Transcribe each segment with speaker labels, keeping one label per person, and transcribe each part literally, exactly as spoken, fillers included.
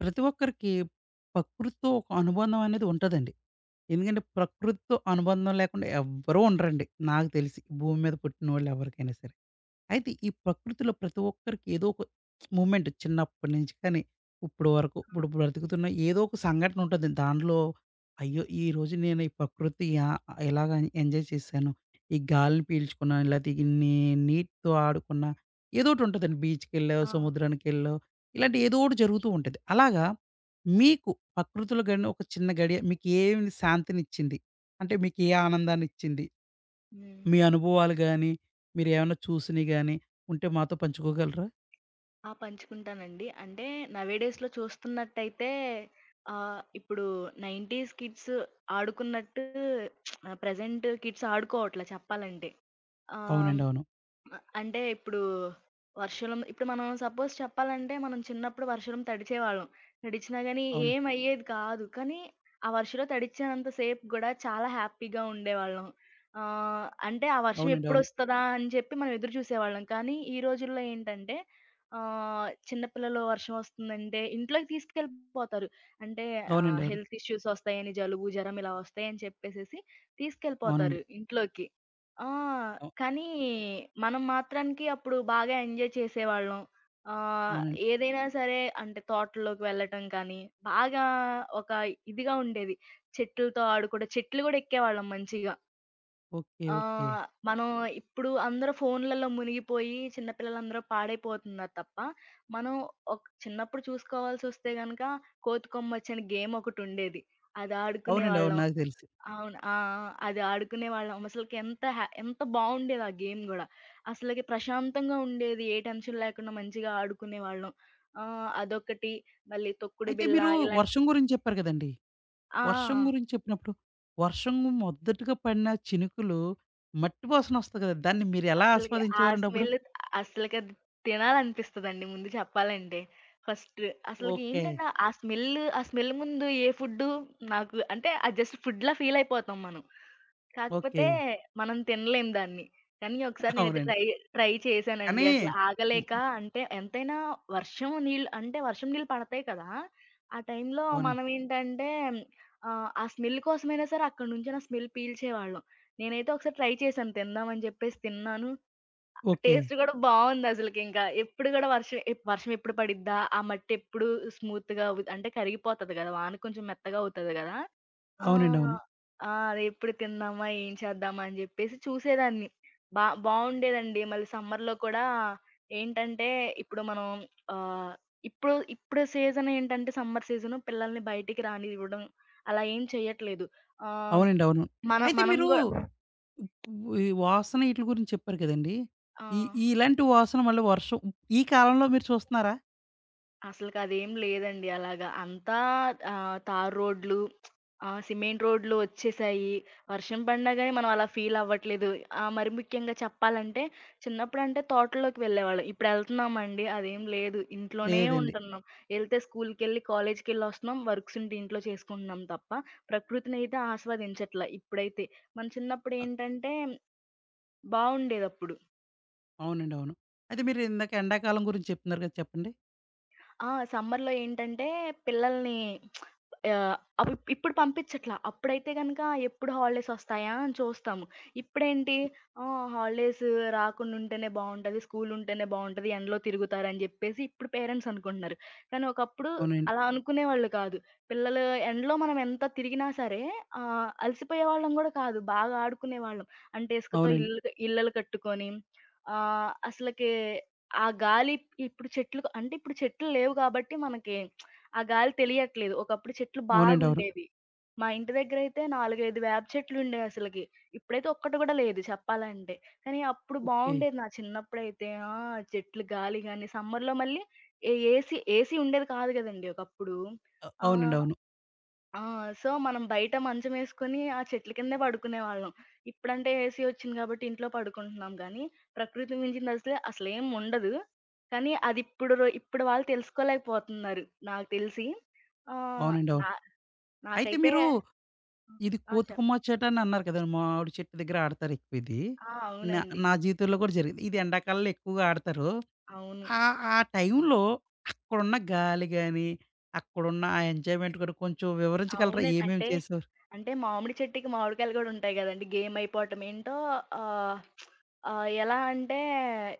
Speaker 1: ప్రతి ఒక్కరికి ప్రకృతితో ఒక అనుబంధం అనేది ఉంటదండి. ఎందుకంటే ప్రకృతితో అనుబంధం లేకుండా ఎవ్వరూ ఉండరండి. నాకు తెలిసి ఈ భూమి మీద పుట్టినోళ్ళు ఎవరికైనా సరే. అయితే ఈ ప్రకృతిలో ప్రతి ఒక్కరికి ఏదో ఒక మూమెంట్ చిన్నప్పటి నుంచి కానీ ఇప్పుడు వరకు ఇప్పుడు బ్రతుకుతున్న ఏదో ఒక సంఘటన ఉంటుంది. దాంట్లో అయ్యో! ఈరోజు నేను ఈ ప్రకృతి ఆహ్, ఇలాగ ఎంజాయ్ చేశాను. ఈ గాలిని పీల్చుకున్నాను. లేతే ఇన్ని నీటితో ఆడుకున్నా ఏదోకటుంటదండి. బీచ్‌కెళ్ళో,
Speaker 2: ఆ!
Speaker 1: సముద్రానికెళ్ళో ఇలాంటి ఏదో ఒకటి జరుగుతూ ఉంటది. అలాగా మీకు ప్రకృతిలో గడిన ఒక చిన్న గడియ మీకు ఏమి శాంతినిచ్చింది? అంటే మీకు ఏ ఆనందాన్నిచ్చింది?
Speaker 2: హ్మ్.
Speaker 1: మీ అనుభవాలు గాని, మీరేమన్నా చూసినయి గాని ఉంటే మాతో పంచుకోగలరా?
Speaker 2: ఆ! పంచుకుంటానండి. అంటే నౌ ఏ డేస్‌లో చూస్తున్నట్టయితే ఆహ్, ఇప్పుడు 90స్ కిడ్స్ ఆడుకున్నట్టు ప్రెజెంట్ కిడ్స్ ఆడుకోవట్ల చెప్పాలంటే. ఆహ్,
Speaker 1: అవునండి. అవును.
Speaker 2: అ అంటే ఇప్పుడు వర్షంలో ఇప్పుడు మనం సపోజ్ చెప్పాలంటే, మనం చిన్నప్పుడు వర్షంలో తడిచేవాళ్ళం. తడిచినా గాని
Speaker 1: అవును.
Speaker 2: ఏమయ్యేది కాదు. కానీ, ఆ వర్షంలో తడిచినంత సేపు గూడా చాలా హ్యాపీగా ఉండేవాళ్ళం. ఆహ్, అంటే ఆ వర్షం
Speaker 1: అవునండి. అవును.
Speaker 2: ఎప్పుడొస్తదా అని చెప్పి మనం ఎదురు చూసేవాళ్ళం. కానీ, ఈ రోజుల్లో ఏంటంటే ఆహ్, చిన్న పిల్లలు వర్షం వస్తుందంటే ఇంట్లోకి తీసుకెళ్ళిపోతారు. అంటే ఆహ్,
Speaker 1: అవునండి. అవును.
Speaker 2: హెల్త్ ఇష్యూస్ వస్తాయని జలుబు, జరం ఇలా వస్తాయని చెప్పేసేసి తీసుకెళ్ళిపోతారు
Speaker 1: అవునండి.
Speaker 2: ఇంట్లోకి. ఆ!
Speaker 1: అవు
Speaker 2: కానీ మనం మాత్రానికి అప్పుడు బాగా ఎంజాయ్ చేసేవాళ్ళం. ఆహ్,
Speaker 1: అవునండి.
Speaker 2: ఏదైనా సరే అంటే తోటల్లోకి వెళ్ళటం కానీ, బాగా ఒక ఇదిగా ఉండేది. చెట్లతో ఆడుకోవడం, చెట్లు గూడా ఎక్కేవాళ్ళం మంచిగా.
Speaker 1: ఓకే. ఓకే.
Speaker 2: ఆహ్, మనం ఇప్పుడు అందరూ ఫోన్‌లలో మునిగిపోయి చిన్న పిల్లలందరూ పాడైపోతున్నారు తప్ప, మనం ఒక్ చిన్నప్పుడు చూసుకోవాల్సొస్తే గనక కోతికొమ్మచ్చి అని గేమొకటుండేది. అది
Speaker 1: అవునండి. అవును.
Speaker 2: ఆడుకునేవాళ్ళం.
Speaker 1: నాకు తెలుసు.
Speaker 2: అవును. ఆ! ఆ! అది ఆడుకునేవాళ్ళం. అసలకి ఎంత హ్యా ఎంత బావుండేది ఆ గేమ్ గూడా. అసలకి ప్రశాంతంగా ఉండేది. ఏ టెన్షన్ లేకుండా మంచిగా ఆడుకునేవాళ్ళం. ఆహ్, అదొకటి. మళ్ళీ తొక్కుడు
Speaker 1: అయితే
Speaker 2: బిళ్ళ
Speaker 1: మీరు
Speaker 2: ఇలా.
Speaker 1: వర్షం గురించి చెప్పారు కదండీ!
Speaker 2: ఆ!
Speaker 1: వర్షం
Speaker 2: ఆ!
Speaker 1: గురించి చెప్పినప్పుడు, వర్షం మొదటగా పడిన చినుకులు మట్టి వాసనొస్తది కదా! దాన్ని మీరెలా
Speaker 2: అస్సలకి ఆ
Speaker 1: ఆస్వాదించేవారండి అప్పుడు?
Speaker 2: స్మెల్ అస్సలకది తినాలనిపిస్తదండి ముందు చెప్పాలంటే. ఫస్ట్ అసలకి
Speaker 1: ఓకే.
Speaker 2: ఏంటంటే ఆ స్మెల్ ఆ స్మెల్ ముందు ఏ ఫుడ్డు నాకు అంటే అది జస్ట్ ఫుడ్‌లా ఫీల్ అయిపోతాం మనం.
Speaker 1: ఓకే.
Speaker 2: కాకపోతే మనం తినలేం దాన్ని. కానీ ఒకసారి నేనైతే
Speaker 1: అవునండి.
Speaker 2: ట్రై ట్రై చేశానండి.
Speaker 1: కానీ
Speaker 2: అసలు
Speaker 1: హ్మ్.
Speaker 2: ఆగలేక, అంటే ఎంతైనా వర్షం నీళ్ళు అంటే వర్షం నీళ్ళు పడతాయి కదా! ఆ టైంలో
Speaker 1: అవునండి.
Speaker 2: మనం ఏంటంటే ఆహ్, ఆ స్మెల్ కోసమైనా సరే అక్కడి నుంచి ఆ స్మెల్ పీల్చేవాళ్ళం. నేనైతే ఒకసారి ట్రై చేశాను తిందామని చెప్పేసి తిన్నాను.
Speaker 1: ఓకే.
Speaker 2: టేస్ట్ గూడా బావుందసలకింకా. ఎప్పుడు గూడా వర్షం ఎప్ వర్షం ఎప్పుడు పడిద్దా? ఆ మట్టి ఎప్పుడు స్మూత్‌గా అవు అంటే కరిగిపోతది గదా! వాన కొంచెం మెత్తగా అవుతది గదా! ఆ!
Speaker 1: అవునండి. అవును.
Speaker 2: ఆ! అది ఎప్పుడు తిందామా? ఏం చేద్దామా? అని జెప్పేసి చూసేదాన్ని. బా బావుండేదండి. మళ్ళీ సమ్మర్‌లో కూడా ఏంటంటే, ఇప్పుడు మనం ఆహ్, ఇప్పుడు ఇప్పుడు సీజన్ ఏంటంటే సమ్మర్ సీజను పిల్లల్ని బయటికి రానివ్వడం అలా ఏం చెయ్యట్లేదు. ఆహ్,
Speaker 1: అవునండి. అవును.
Speaker 2: మనం
Speaker 1: అయితే
Speaker 2: మనం
Speaker 1: మీరు
Speaker 2: గూ
Speaker 1: ఉ ఈ వాసన ఈటిలి గురించి చెప్పారు కదండీ!
Speaker 2: ఆ!
Speaker 1: ఈ ఈ ఇలాంటి వాసన మళ్ళీ వర్షం ఈ కాలంలో మీరు చూస్తున్నారా?
Speaker 2: అసలకదేం లేదండి అలాగా. అంతా ఆహ్, తారు రోడ్లు, ఆహ్, సిమెంట్ రోడ్లు వచ్చేసాయి. వర్షం పడినా గాని మనం అలా ఫీల్ అవ్వట్లేదు. ఆహ్, మరి ముఖ్యంగా చెప్పాలంటే చిన్నప్పుడంటే తోటల్లోకి వెళ్ళేవాళ్ళం. ఇప్పుడెళ్తున్నామండి అదేం లేదు. ఇంట్లోనే
Speaker 1: లేదండి.
Speaker 2: ఉంటున్నాం. ఎళ్తే స్కూల్‌కెళ్ళి, కాలేజ్‌కెళ్ళొస్తున్నాం. వర్క్స్ ఉంటే ఇంట్లో చేసుకుంటున్నాం తప్ప ప్రకృతినైతే ఆస్వాదించట్ల ఇప్పుడైతే. మన
Speaker 1: అ!
Speaker 2: చిన్నప్పుడేంటంటే బావుండేదప్పుడు.
Speaker 1: అవునండి. అవును. అయితే మీరు ఇందాక ఎండాకాలం గురించి చెప్తున్నారు కదా! చెప్పండి?
Speaker 2: ఆ! సమ్మర్‌లో ఏంటంటే పిల్లల్ని ఆహ్, అవి ఇప్పుడు పంపించట్ల. అప్పుడైతే గనక ఎప్పుడు హాలిడేస్ వస్తాయా అని చూస్తాము. ఇప్పుడేంటి ఆహ్, హాలిడేస్ రాకుండా ఉంటేనే బావుంటది. స్కూల్ ఉంటేనే బావుంటది. ఎండలో తిరుగుతారని జెప్పేసి ఇప్పుడు పేరెంట్స్ అనుకుంటున్నారు. కానీ ఒకప్పుడు
Speaker 1: అవునండి.
Speaker 2: అలా అనుకునేవాళ్ళు కాదు. పిల్లలు ఎండలో మనం ఎంత తిరిగినా సరే ఆహ్, అలసిపోయేవాళ్ళం గూడా కాదు. బాగా ఆడుకునేవాళ్ళం. అంటే ఇసుకతో
Speaker 1: అవునండి.
Speaker 2: ఇల్లులు ఇళ్ళలు కట్టుకొని ఆహ్, అసలకి ఆ గాలి ఇప్పుడు చెట్లు అంటే ఇప్పుడు చెట్లు లేవు గాబట్టి మనకి ఆ గాలి తెలియట్లేదు. ఒకప్పుడు చెట్లు
Speaker 1: అవునండి. అవును.
Speaker 2: బాగుండేవి. మా ఇంటి దగ్గరైతే నాలుగు, ఐదు వేప చెట్లుండేవసలకి. ఇప్పుడైతే ఒక్కటి గూడా లేదు చెప్పాలంటే. కానీ అప్పుడు
Speaker 1: ఓకే.
Speaker 2: బావుండేది నా చిన్నప్పుడైతే. ఆ! చెట్లు గాలి గాని, సమ్మర్‌లో మళ్ళీ ఏ ఏసీ ఏసీ ఉండేది కాదు గదండీ ఒకప్పుడు.
Speaker 1: అ!
Speaker 2: ఆ!
Speaker 1: అవునండి. అవును.
Speaker 2: ఆ! సో, మనం బయట మంచమేసుకొని ఆ చెట్ల కిందే పడుకునేవాళ్ళం. ఇప్పుడంటే ఏసీ ఒచ్చింది గాబట్టి ఇంట్లో పడుకుంటున్నాం గానీ, ప్రకృతికి మించింది అసలు అసలేం ఉండదు. కానీ అదిప్పుడు రొ ఇప్పుడు వాళ్ళు తెలుసుకోలేకపోతున్నారు నాకు తెలిసి. ఆహ్,
Speaker 1: అవునండి. అవును.
Speaker 2: నా
Speaker 1: అయితే
Speaker 2: నాకైతే
Speaker 1: మీరు ఇది
Speaker 2: ఆ! చెప్
Speaker 1: కోతికొమ్మ చెట్టు అని అన్నారు కదండీ! మామిడి చెట్టు దగ్గర ఆడతారు ఎక్కువ ఇది.
Speaker 2: ఆ!
Speaker 1: నా
Speaker 2: అవునండి.
Speaker 1: నా జీవితంలో కూడా జరిగింది. ఇది ఎండాకాలంలో ఎక్కువగా ఆడతారు.
Speaker 2: అవును.
Speaker 1: ఆ ఆ టైంలో అక్కడున్న గాలి గాని, అక్కడున్న ఆ ఎంజాయ్‌మెంట్ కూడా కొంచెం వివరించగలరా?
Speaker 2: అవును.
Speaker 1: ఏమేమి
Speaker 2: అంటే
Speaker 1: చేశారు?
Speaker 2: అంటే మామిడి చెట్టుకి మామిడికాయలు గూడా ఉంటాయి గదండీ! గేమ్ అయిపోవటం ఏంటో ఆహ్, ఆహ్, ఎలా అంటే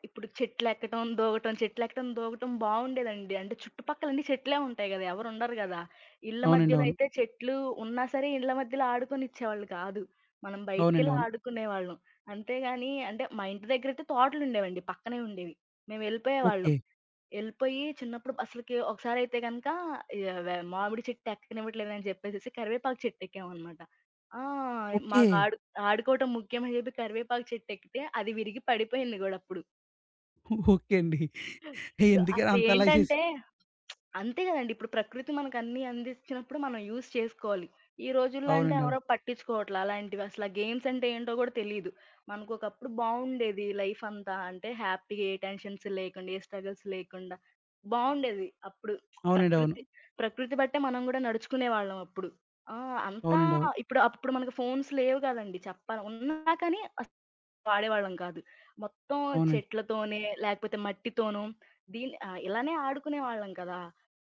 Speaker 2: ఇప్పుడు చెట్లెక్కటం, దూకటం, చెట్లెక్కటం, దూకటం బావుండేదండి. అంటే చుట్టుపక్కల అన్ని చెట్లే ఉంటాయి గదా! ఎవరుండరు గదా! ఇళ్ళ
Speaker 1: అవునండి.
Speaker 2: మధ్యలో
Speaker 1: అవును.
Speaker 2: అయితే చెట్లు ఉన్నా సరే ఇళ్ళ మధ్యలో ఆడుకొనిచ్చేవాళ్ళు కాదు. మనం
Speaker 1: అవునండి.
Speaker 2: బయటికెళ్ళి
Speaker 1: అవును.
Speaker 2: ఆడుకునేవాళ్ళం. అంతేగాని అంటే మా ఇంటి దగ్గరైతే తోటలుండేవండి. పక్కనే ఉండేవి. మేము
Speaker 1: ఓకే.
Speaker 2: వెళ్ళిపోయేవాళ్ళం. ఎళ్ళిపోయి చిన్నప్పుడు అసలకి ఒకసారైతే గనక యాహ్! వే మామిడి చెట్టు ఎక్కనివ్వట్లేదని చెప్పేసేసి కరివేపాకు చెట్టు ఎక్కామనమాట. ఆ!
Speaker 1: ఓకే.
Speaker 2: మాకు ఆడు ఆడుకోవటం ముఖ్యం అని చెప్పి కరివేపాకు చెట్టు ఎక్కితే అది విరిగి పడిపోయింది గూడా అప్పుడు.
Speaker 1: ఓకే అండి.
Speaker 2: సో,
Speaker 1: ఎందుకని అంతలా చేసి
Speaker 2: అసలేంటంటే అంతే గదండీ. ఇప్పుడు ప్రకృతి మనకన్నీ అందిచ్చినప్పుడు మనం యూజ్ చేసుకోవాలి. ఈ రోజుల్లో అంటే
Speaker 1: అవునండి. అవును.
Speaker 2: ఎవరో పట్టించుకోవట్లా అలాంటివి. అసలా గేమ్స్ అంటే ఏంటో గూడా తెలీదు. మనకొకప్పుడు బావుండేది లైఫ్ అంతా. అంటే హ్యాపీగా ఏ టెన్షన్స్ లేకుండా, ఏ స్ట్రగుల్స్ లేకుండా బావుండేది అప్పుడు.
Speaker 1: అవునండి. అవును.
Speaker 2: ప్రకృతి ప్రకృతి బట్టే మనం గూడా నడుచుకునేవాళ్ళం అప్పుడు. ఆ! అంతా
Speaker 1: అవునండి. అవును.
Speaker 2: ఇప్పుడు అప్పుడు మనకు ఫోన్స్ లేవు గదండీ చెప్పాల. ఉన్నా కానీ వాడేవాళ్ళం కాదు. మొత్తం
Speaker 1: అవునండి.
Speaker 2: చెట్లతోనే, లేకపోతే మట్టితోనూ దీన్ని ఆహ్, ఇలానే ఆడుకునేవాళ్ళం కదా!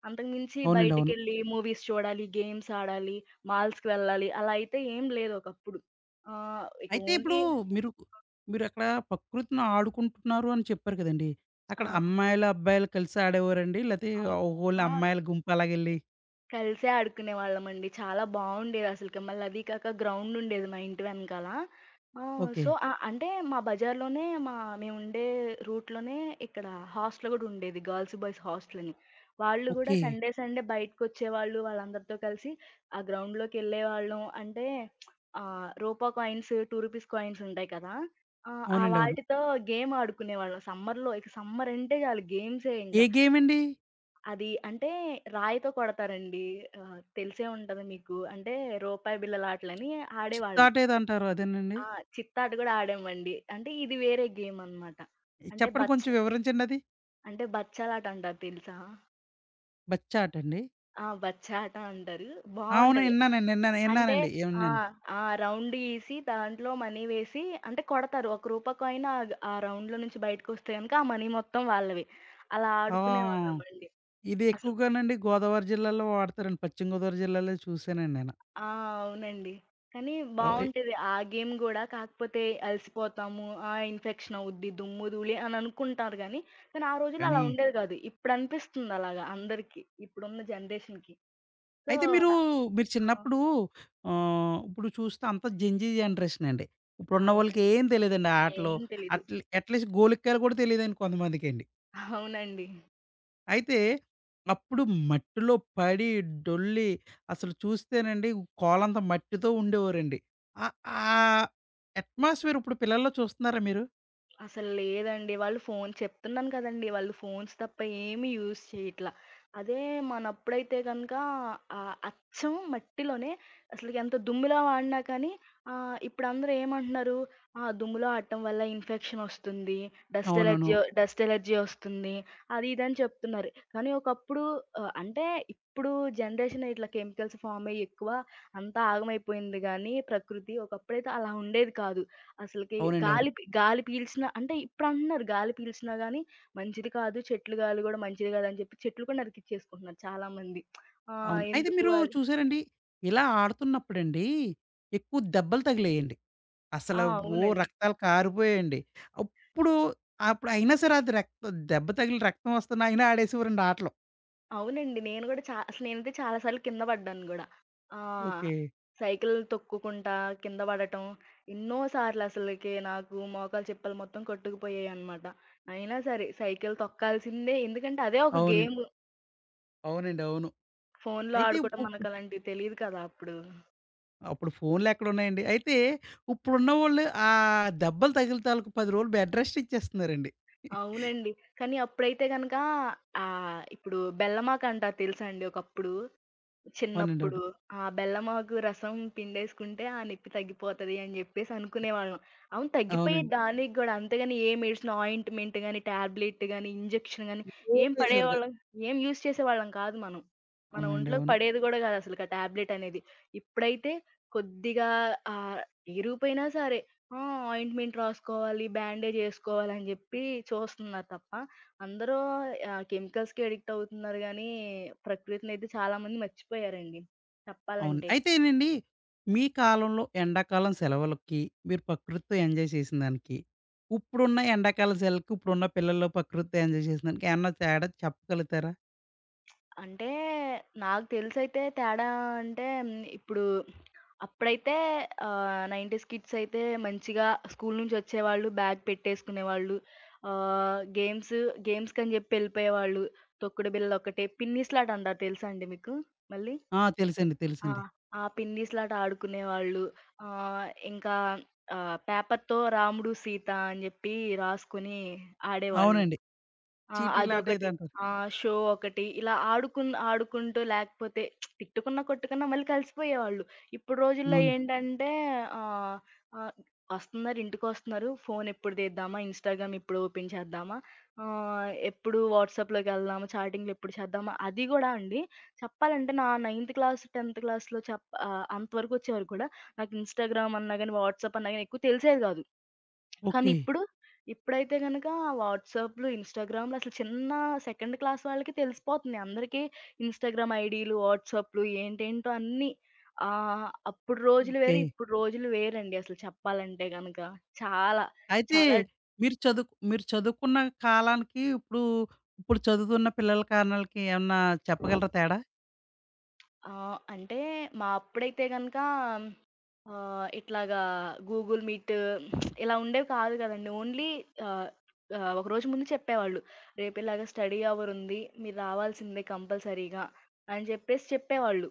Speaker 2: అంతకు మించి
Speaker 1: అవునండి. అవును.
Speaker 2: బయటికెళ్ళి మూవీస్ చూడాలి, గేమ్స్ ఆడాలి, మాల్స్‌కి వెళ్ళాలి అలా అయితే ఏం లేదు ఒకప్పుడు. ఆహ్, ఇక
Speaker 1: అయితే ఇప్పుడు
Speaker 2: ఓన్లీ
Speaker 1: మీరు మీరక్కడ ప్రకృతిని ఆడుకుంటున్నారు అని చెప్పారు కదండీ!
Speaker 2: ఆ!
Speaker 1: అక్కడ అమ్మాయిలు, అబ్బాయిలు కలిసి ఆడేవారండి? లేతే
Speaker 2: అవును.
Speaker 1: ఓన్లీ
Speaker 2: ఆ!
Speaker 1: అమ్మాయిల గుంపు అలాగెళ్ళి
Speaker 2: కలిసే ఆడుకునేవాళ్ళమండి. చాలా బావుండేదసలకి. మళ్ళది కాక గ్రౌండుండేది మా ఇంటి వెనకాల. ఆ!
Speaker 1: ఓకే.
Speaker 2: సో, అ అంటే మా బజార్‌లోనే మా మేముండే రూట్‌లోనే ఇక్కడ హాస్టల్ గూడా ఉండేది. గర్ల్స్, బాయ్స్ హాస్టలని. వాళ్ళు గూడా
Speaker 1: ఓకే.
Speaker 2: Sunday, Sunday బయటకొచ్చేవాళ్ళు. వాళ్ళందరితో కలిసి ఆ గ్రౌండ్‌లోకెళ్ళేవాళ్ళం. అంటే ఆహ్, రూపా కాయిన్స్, రూ. రెండు కాయిన్స్ ఉంటాయి కదా! ఆ! ఆ
Speaker 1: అవునండి. అవును.
Speaker 2: వాటితో గేమ్ ఆడుకునేవాళ్ళం. సమ్మర్‌లో ఇక సమ్మరంటే చాలు గేమ్సే ఇంక.
Speaker 1: ఏ గేమండి?
Speaker 2: అది అంటే రాయితో కొడతారండి. ఆహ్, తెలిసే ఉంటది మీకు. అంటే రూపాయి బిళ్ళలాటలని ఆడేవాళ్ళం.
Speaker 1: చిత్తాట ఏదో అంటారు అదేనండి?
Speaker 2: ఆ! చిత్తాట గూడా ఆడామండి. అంటే ఇది వేరే గేమనమాట. అంటే
Speaker 1: చెప్పండి
Speaker 2: బచ్చ
Speaker 1: కొంచెం వివరించండది?
Speaker 2: అంటే బచ్చాలాట అంటారు తెలుసా?
Speaker 1: బచ్చాటండి?
Speaker 2: ఆ! బచ్చా ఆట అంటారు.
Speaker 1: అవును.
Speaker 2: బావుంటది.
Speaker 1: ఇన్నానండి. ఇన్నాను.
Speaker 2: అంటే
Speaker 1: ఇన్నానండి.
Speaker 2: ఆ!
Speaker 1: ఇన్నాను.
Speaker 2: ఆ! రౌండ్ గీసి దాంట్లో మనీ వేసి అంటే కొడతారు. ఒక రూపాయి కాయిన్ ఆగ్ ఆ రౌండ్‌లో నుంచి బయటకొస్తే గనక ఆ మనీ మొత్తం వాళ్ళవే. అలా
Speaker 1: ఆ!
Speaker 2: ఆడుకునేవాళ్ళమండి.
Speaker 1: ఇది
Speaker 2: అసలు
Speaker 1: ఎక్కువగానండి గోదావరి జిల్లాలో వాడతారండి. పశ్చిమ గోదావరి జిల్లాలో చూసానండి నేను.
Speaker 2: ఆ! అవునండి. కానీ
Speaker 1: ఓహ్! ఎ
Speaker 2: బావుంటది ఆ గేమ్ గూడా. కాకపోతే అలసిపోతాము. ఆ! ఇన్ఫెక్షన్ అవుద్ది, దుమ్ము, ధూళి అని అనుకుంటారు గానీ, కానీ ఆ రోజుల్లో
Speaker 1: కానీ
Speaker 2: అలా ఉండేది గాదు. ఇప్పుడు అనిపిస్తుంది అలాగా అందరికి, ఇప్పుడున్న జనరేషన్‌కి. సో,
Speaker 1: అయితే మీరు,
Speaker 2: నా
Speaker 1: మీరు
Speaker 2: ఆ!
Speaker 1: చిన్నప్పుడు ఆహ్, ఇప్పుడు చూస్తే అంతా జెన్‌జీ జనరేషన్ అండి. ఇప్పుడున్న వాళ్ళకి
Speaker 2: అవునండి.
Speaker 1: ఏం తెలీదండి ఆటలు.
Speaker 2: ఏం తెలీదు.
Speaker 1: అట్‌లి అట్‌లీస్ట్ గోలిక్కాయలు కూడా తెలీదండి కొంతమందికండి.
Speaker 2: అవునండి.
Speaker 1: అయితే అప్పుడు మట్టిలో పడి, డొల్లి అసలు చూస్తేనండి కోలంత మట్టితో ఉండేవారండి. ఆహ్, ఆ అట్మాస్ఫియర్ ఇప్పుడు పిల్లల్లో చూస్తున్నారా మీరు?
Speaker 2: అసలు లేదండి. వాళ్ళు ఫోను చెప్తున్నాను కదండీ! వాళ్ళు ఫోన్స్ తప్ప ఏమి యూజ్ చేయట్లా. అదే మనప్పుడైతే గనక ఆహ్, అచ్చం మట్టిలోనే అసలకెంత దుమ్ములో వాడినా కానీ ఆహ్, ఇప్పుడందరూ ఏమంటున్నారు? ఆ! దుమ్ములో ఆడటం వల్ల ఇన్ఫెక్షనొస్తుంది. డస్ట్ ఎలర్జీ
Speaker 1: అవునవును.
Speaker 2: డస్ట్ ఎలర్జీ వస్తుంది. అది ఇది అని చెప్తున్నారు. కానీ ఒకప్పుడు ఆహ్, అంటే ఇప్పుడు జనరేషన్ ఇట్లా కెమికల్స్ ఫార్మయ్యి ఎక్కువ అంతా ఆగమైపోయింది గానీ ప్రకృతి. ఒకప్పుడైతే అలా ఉండేది కాదు. అసలకి
Speaker 1: అవునండి. అవును. అవును.
Speaker 2: గాలి పి గాలి పీల్చిన అంటే ఇప్పుడంటున్నారు గాలి పీల్చినా గాని మంచిది కాదు, చెట్లు గాలి గూడా మంచిది గాదు అని జెప్పి చెట్లు కూడా నరికిచ్చేసుకుంటున్నారు చాలామంది. ఆహ్,
Speaker 1: అవును. అయితే
Speaker 2: ఎందుకు
Speaker 1: మీరు
Speaker 2: అది
Speaker 1: చూసారండి ఇలా ఆడుతున్నప్పుడండి ఎక్కువ దెబ్బలు తగిలాయండి.
Speaker 2: ఆ!
Speaker 1: అసలు ఓ
Speaker 2: అవునండి.
Speaker 1: రక్తాలు కారిపోయాయండి. అప్పుడు అప్పుడు అయినా సరే అది రక్తం దెబ్బ తగిలి రక్తం వస్తున్నా అయినా ఆడేసేవారండి ఆటలు.
Speaker 2: అవునండి. నేను గూడా చా అసలు నేనైతే చాలా సార్లు కింద పడ్డాను గూడా. ఆ!
Speaker 1: ఓకే.
Speaker 2: సైకిల్ తొక్కుకుంటా కింద పడటం ఎన్నో సార్లు అసలకి నాకు మోకాలు చిప్పలు మొత్తం కొట్టుకుపోయాయన్నమాట. అయినా సరే సైకిల్ తొక్కాల్సిందే ఎందుకంటే అదే ఒక
Speaker 1: అవునండి.
Speaker 2: గేమ్.
Speaker 1: అవునండి. అవును.
Speaker 2: ఫోన్‌లో
Speaker 1: అయితే
Speaker 2: ఆడుకోవడం
Speaker 1: ఉ ఉ
Speaker 2: మనకలాంటివి తెలీదు కదా అప్పుడు.
Speaker 1: అప్పుడు ఫోన్‌లెక్కడున్నాయండి. అయితే ఇప్పుడున్నవోళ్ళు ఆ దెబ్బలు తగిలి తాలూకు పది రోజులు బెడ్ రెస్ట్ ఇచ్చేస్తున్నారండి.
Speaker 2: అవునండి. కానీ అప్పుడైతే గనక ఆహ్, ఇప్పుడు బెల్లమాకంటారు తెలుసా అండి ఒకప్పుడు?
Speaker 1: అవునండి.
Speaker 2: చిన్నప్పుడు.
Speaker 1: అవును.
Speaker 2: ఆ! బెల్లమాకు రసం పిండేసుకుంటే ఆ నొప్పి తగ్గిపోతది అని జెప్పేసి అనుకునేవాళ్ళం. అవును తగ్గిపోయే
Speaker 1: అవునండి
Speaker 2: దానికి గూడా అంతేగాని ఏ మెడిసిన్ ఆయింట్‌మెంట్ గాని, టాబ్లెట్ గాని, ఇంజెక్షన్ గాని
Speaker 1: ఏం
Speaker 2: ఏం
Speaker 1: చేశారు కదా!
Speaker 2: పడేవాళ్ళం ఏం యూజ్ చేసేవాళ్ళం కాదు మనం. మన
Speaker 1: అవునండి.
Speaker 2: ఒంట్లోకి
Speaker 1: అవును.
Speaker 2: పడేది గూడా గాదు అసలకి ఆ టాబ్లెట్ అనేది. ఇప్పుడైతే కొద్దిగా ఆహ్, ఇరిగిపోయినా సరే ఆ! ఆయింట్‌మెంట్ రాసుకోవాలి, బ్యాండేజ్ ఏసుకోవాలి అని జెప్పి చూస్తున్నారు తప్ప అందరూ ఆహ్, కెమికల్స్‌కి అడిక్ట్ అవుతున్నారు గానీ, ప్రకృతినయితే చాలా మంది మర్చిపోయారండి
Speaker 1: అవును.
Speaker 2: చెప్పాలంటే.
Speaker 1: అయితేనండి, మీ కాలంలో ఎండాకాలం సెలవులకి, మీరు ప్రకృతితో ఎంజాయ్ చేసిన దానికి, ఇప్పుడున్న ఎండాకాలం సెలవులకి, ఇప్పుడున్న పిల్లలు ప్రకృతితో ఎంజాయ్ చేసిన దానికి ఏమన్నా తేడా చెప్పగలుగుతారా?
Speaker 2: అంటే నాకు తెలిసయితే తేడా అంటే హ్మ్, ఇప్పుడు అప్పుడైతే ఆహ్, 90స్ కిడ్స్ అయితే మంచిగా స్కూలు నుంచొచ్చేవాళ్ళు, బ్యాగ్ పెట్టేసుకునేవాళ్ళు. ఆహ్, గేమ్స్ గేమ్స్‌కని జెప్పి యెళ్ళిపోయేవాళ్ళు. తొక్కుడు బిళ్ళ ఒకటే, పిన్నీస్లాట అంటారు తెలుసా అండి మీకు మళ్ళీ?
Speaker 1: ఆ! తెలుసండి.
Speaker 2: ఆ!
Speaker 1: తెలుసండి.
Speaker 2: ఆ! పిన్నిస్లాట ఆడుకునేవాళ్ళు. ఆహ్, ఇంకా ఆహ్, పేపర్‌తో రాముడు, సీత అని జెప్పి రాసుకొని ఆడేవాళ్ళు.
Speaker 1: అవునండి.
Speaker 2: ఆ!
Speaker 1: చీటీలాట ఏదో
Speaker 2: అదొకటి.
Speaker 1: అంటారు.
Speaker 2: ఆ! షో ఒకటి. ఇలా ఆడుకున్ ఆడుకుంటూ లేకపోతే తిట్టుకున్నా, కొట్టుకున్నా మళ్ళీ కలిసిపోయేవాళ్ళు. ఇప్పుడు రోజుల్లో
Speaker 1: అవును.
Speaker 2: ఏంటంటే ఆహ్, ఆహ్, వస్తున్నారు, ఇంటికొస్తున్నారు. ఫోన్ ఎప్పుడు తీద్దామా? ఇన్‌స్టాగ్రామ్ ఎప్పుడు ఓపెన్ చేద్దామా? ఆహ్, ఎప్పుడు వాట్సాప్‌లోకెళ్దామా? చాటింగ్‌లు ఎప్పుడు చేద్దామా? అది గూడా అండి చెప్పాలంటే నా నైన్త్ క్లాస్, 10థ్ క్లాస్‌లో చెప్ ఆహ్, అంతవరకు వచ్చేవరకు కూడా నాకు ఇన్‌స్టాగ్రామ్ అన్నా గాని, వాట్సాప్ అన్నా గాని ఎక్కువ తెలిసేది గాదు. కానీ
Speaker 1: ఓకే.
Speaker 2: ఇప్పుడు, ఇప్పుడైతే గనక వాట్సాప్‌లు, ఇన్‌స్టాగ్రామ్‌లు అసలు చిన్న సెకండ్ క్లాస్ వాళ్ళకి తెలిసిపోతుంది. అందరికీ ఇన్‌స్టాగ్రామ్ ఐడీలు, వాట్సాప్‌లు ఏంటేంటో అన్నీ. ఆహ్, అప్పుడు రోజులు
Speaker 1: ఓకే.
Speaker 2: వేరు, ఇప్పుడు రోజులు వేరండి అసలు చెప్పాలంటే గనక. చాలా,
Speaker 1: అయితే
Speaker 2: చాలా
Speaker 1: మీరు చదువు మీరు చదువుకున్న కాలానికి ఇప్పుడు, ఇప్పుడు చదువుతున్న పిల్లల కారణాలకి ఏమన్నా చెప్పగలరా తేడా?
Speaker 2: ఆహ్, అంటే మా అప్పుడైతే గనక ఆహ్, ఇట్లాగా గూగుల్ మీట్ ఇలా ఉండేవి కాదు గదండీ. ఓన్లీ ఆహ్, ఆహ్, ఒకరోజు ముందు చెప్పేవాళ్ళు. "రేపు ఇలాగ స్టడీ అవర్ ఉంది. మీరు రావాల్సిందే కంపల్సరీగా" అని జెప్పేసి చెప్పేవాళ్ళు.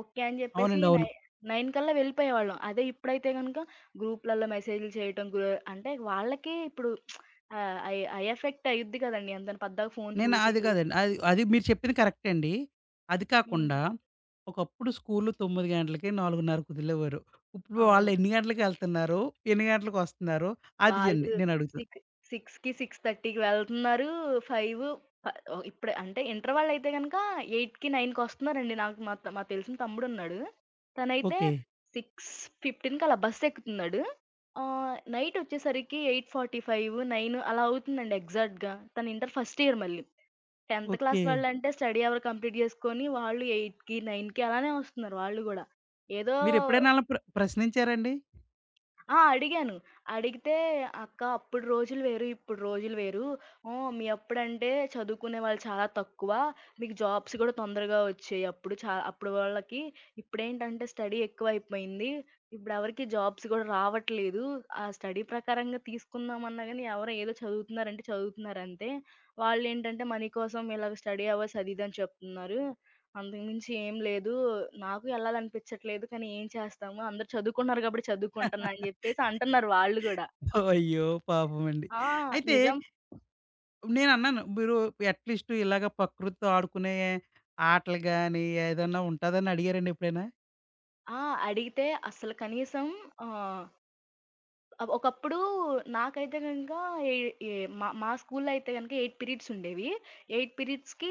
Speaker 2: ఓకే అని జెప్పేసి
Speaker 1: అవునండి.
Speaker 2: నై
Speaker 1: అవును.
Speaker 2: తొమ్మిది కల్లా వెళ్ళిపోయేవాళ్ళం. అదే ఇప్పుడైతే గనుక గ్రూప్‌లలో మెసేజ్‌లు చేయటం గ్రు అంటే వాళ్ళకే ఇప్పుడు ఆహ్, ఐ ఐ ఎఫెక్ట్ అయ్యిద్ది గదండీ. అంతని పద్దాక ఫోను
Speaker 1: నేను
Speaker 2: చూసి
Speaker 1: అది
Speaker 2: చూసి.
Speaker 1: కాదండి. అది అది మీరు చెప్పింది కరెక్టే అండి. అది
Speaker 2: హ్మ్.
Speaker 1: కాకుండా ఒకప్పుడు స్కూల్లు తొమ్మిది గంటలకి, 4:30కి వదిలేవారు. ఇప్పుడు వాళ్ళు
Speaker 2: అవును.
Speaker 1: ఎన్ని గంటలకెళ్తున్నారో, ఎన్ని గంటలకొస్తున్నారో అది అండి
Speaker 2: వాళ్ళు
Speaker 1: నేనడుగుతున్నా.
Speaker 2: సిక్ 6:00కి, 6:30కి వెళ్తున్నారు. ఐదు ప ఓహ్! ఇప్పుడే అంటే ఇంటర్ వాళ్ళైతే గనక 8:00కి, 9:00కి వస్తున్నారండి. నాకు మా త మాకు తెలిసిన తమ్ముడున్నాడు. తనైతే
Speaker 1: ఓకే.
Speaker 2: 6:15కి అలా బస్సెక్కుతున్నాడు. ఆహ్, నైటొచ్చేసరికి ఎనిమిది నలభై ఐదు, తొమ్మిది అలా అవుతుందండి ఎగ్జాక్ట్‌గా. తను ఇంటర్ ఫస్ట్ ఇయర్ మళ్ళీ. 10థ్
Speaker 1: ఓకే.
Speaker 2: క్లాస్ వాళ్ళంటే స్టడీ అవర్ కంప్లీట్ జేసుకొని వాళ్ళు 8కి, 9కి అలానే వస్తున్నారు వాళ్ళు గూడా. ఏదో
Speaker 1: మీరెప్పుడైనా ఆళ్ళని ప్ర ప్రశ్నించారండి?
Speaker 2: ఆ! అడిగాను. అడిగితే, "అక్క అప్పుడు రోజులు వేరు, ఇప్పుడు రోజులు వేరు. ఆహ్, మీ అప్పుడంటే చదువుకునే వాళ్ళు చాలా తక్కువ. మీకు జాబ్స్ కూడా తొందరగా వచ్చేయి అప్పుడు. చా అప్పుడు వాళ్ళకి. ఇప్పుడేంటంటే స్టడీ ఎక్కువైపోయింది. ఇప్పుడెవరికీ జాబ్స్ కూడా రావట్లేదు. ఆ స్టడీ ప్రకారంగా తీసుకుందామన్నా గానీ ఎవరో ఏదో చదువుతున్నారంటే చదువుతున్నారంతే. వాళ్ళేంటంటే మనీ కోసం ఇలాగ స్టడీ అవర్స్ అది ఇది అని చెప్తున్నారు. అంతకు మించి ఏం లేదు. నాకు యెళ్ళాలనిపించట్లేదు. కానీ ఏం చేస్తాము? అందరూ చదువుకున్నారు గాబట్టి చదువుకుంటున్నా అని జెప్పేసి అంటున్నారు వాళ్ళు గూడా.
Speaker 1: అయ్యో! పాపమండి.
Speaker 2: ఆ!
Speaker 1: అయితే
Speaker 2: నిజం.
Speaker 1: నేనన్నాను మీరు అట్‌లీస్ట్ ఇలాగ ప్రకృతితో ఆడుకునే ఆటలు గాని, ఏదన్నా ఉంటదని అడిగారండి ఎప్పుడైనా?
Speaker 2: ఆ! అడిగితే అసలు కనీసం ఆహ్, అవ్ ఒకప్పుడు నాకైతే గనక ఏ ఏ మా మా స్కూల్‌లో అయితే గనక ఎనిమిది పీరియడ్స్ ఉండేవి. ఎనిమిది పీరియడ్స్‌కి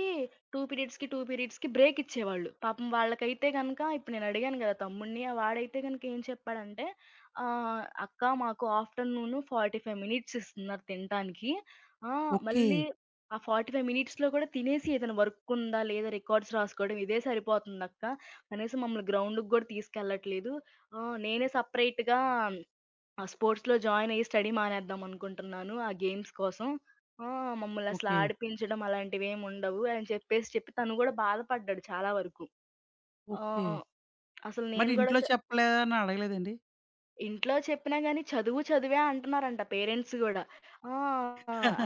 Speaker 2: రెండు పీరియడ్స్‌కి, రెండు పీరియడ్స్‌కి బ్రేక్ ఇచ్చేవాళ్ళు. పాపం వాళ్ళకైతే గనక ఇప్పుడు నేను అడిగాను గదా! తమ్ముడిని. ఆ వాడైతే గనక ఏం చెప్పాడంటే ఆహ్, "అక్క మాకు ఆఫ్టర్‌నూన్ నలభై ఐదు మినిట్స్ ఇస్తున్నారు తినటానికి. ఆ!
Speaker 1: ఓకే.
Speaker 2: మళ్ళీ ఆ నలభై ఐదు మినిట్స్‌లో కూడా తినేసి ఏదైనా వర్క్ ఉందా? లేదా? రికార్డ్స్ రాసుకోవడం ఇదే సరిపోతుందక్క. కనీసం మమ్మల్ని గ్రౌండ్‌కి గూడా తీసుకెళ్ళట్లేదు. ఆ! నేనే సెపరేట్‌గా ఆ! స్పోర్ట్స్‌లో జాయిన్ అయ్యి స్టడీ మానేద్దాం అనుకుంటున్నాను ఆ గేమ్స్ కోసం. ఆ! మమ్మల్ని అసలు
Speaker 1: ఓకే.
Speaker 2: ఆడిపించడం అలాంటివేమి ఉండవు అని చెప్పేసి చెప్పి తను గూడా బాధపడ్డాడు చాలా వరకు. ఆ!
Speaker 1: ఓకే.
Speaker 2: అసలు నేను
Speaker 1: మరి
Speaker 2: గూడా
Speaker 1: ఇంట్లో చెప్పలేదా అని అడగలేదండి?
Speaker 2: ఇంట్లో చెప్పినా గాని చదువు చదువే అంటున్నారంట పేరెంట్స్ గూడా. ఆ!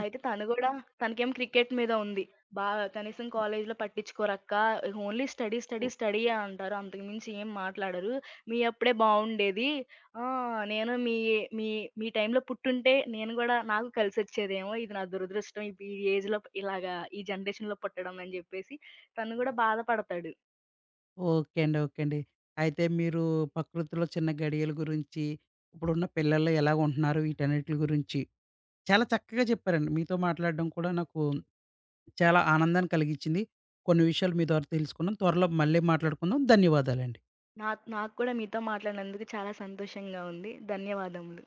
Speaker 2: అయితే తను గూడా తనకేమో క్రికెట్ మీద ఉంది. బా కనీసం కాలేజ్‌లో పట్టించుకోరక్కా. ఓన్లీ స్టడీ,
Speaker 1: ఓ
Speaker 2: స్టడీ, స్టడీయే అంటారు. అంతకు మించి ఏం మాట్లాడరు. మీ అప్పుడే బావుండేది. ఆ! నేను మీ మీ మీ టైంలో పుట్టుంటే నేను గూడా నాకు కలిసొచ్చేదేమో. ఇది నా దురదృష్టం. ఇప్ ఈ ఏజ్‌లో ఇలాగా ఈ జనరేషన్‌లో పుట్టడం అని జెప్పేసి తను గూడా బాధపడతాడు.
Speaker 1: ఓకే అండి. ఓకే అండి. అయితే మీరు ప్రకృతిలో చిన్న గడియల గురించి, ఇప్పుడున్న పిల్లలు ఎలాగుంటున్నారు వీటన్నిటి గురించి చాలా చక్కగా చెప్పారండి. మీతో మాట్లాడడం కూడా నాకు చాలా ఆనందాన్ని కలిగించింది. కొన్ని విషయాలు మీ ద్వారా తెలుసుకున్నాం. త్వరలో మళ్ళీ మాట్లాడుకుందాం. ధన్యవాదాలండి.
Speaker 2: నా నాకు కూడా మీతో మాట్లాడినందుకు చాలా సంతోషంగా ఉంది. ధన్యవాదములు.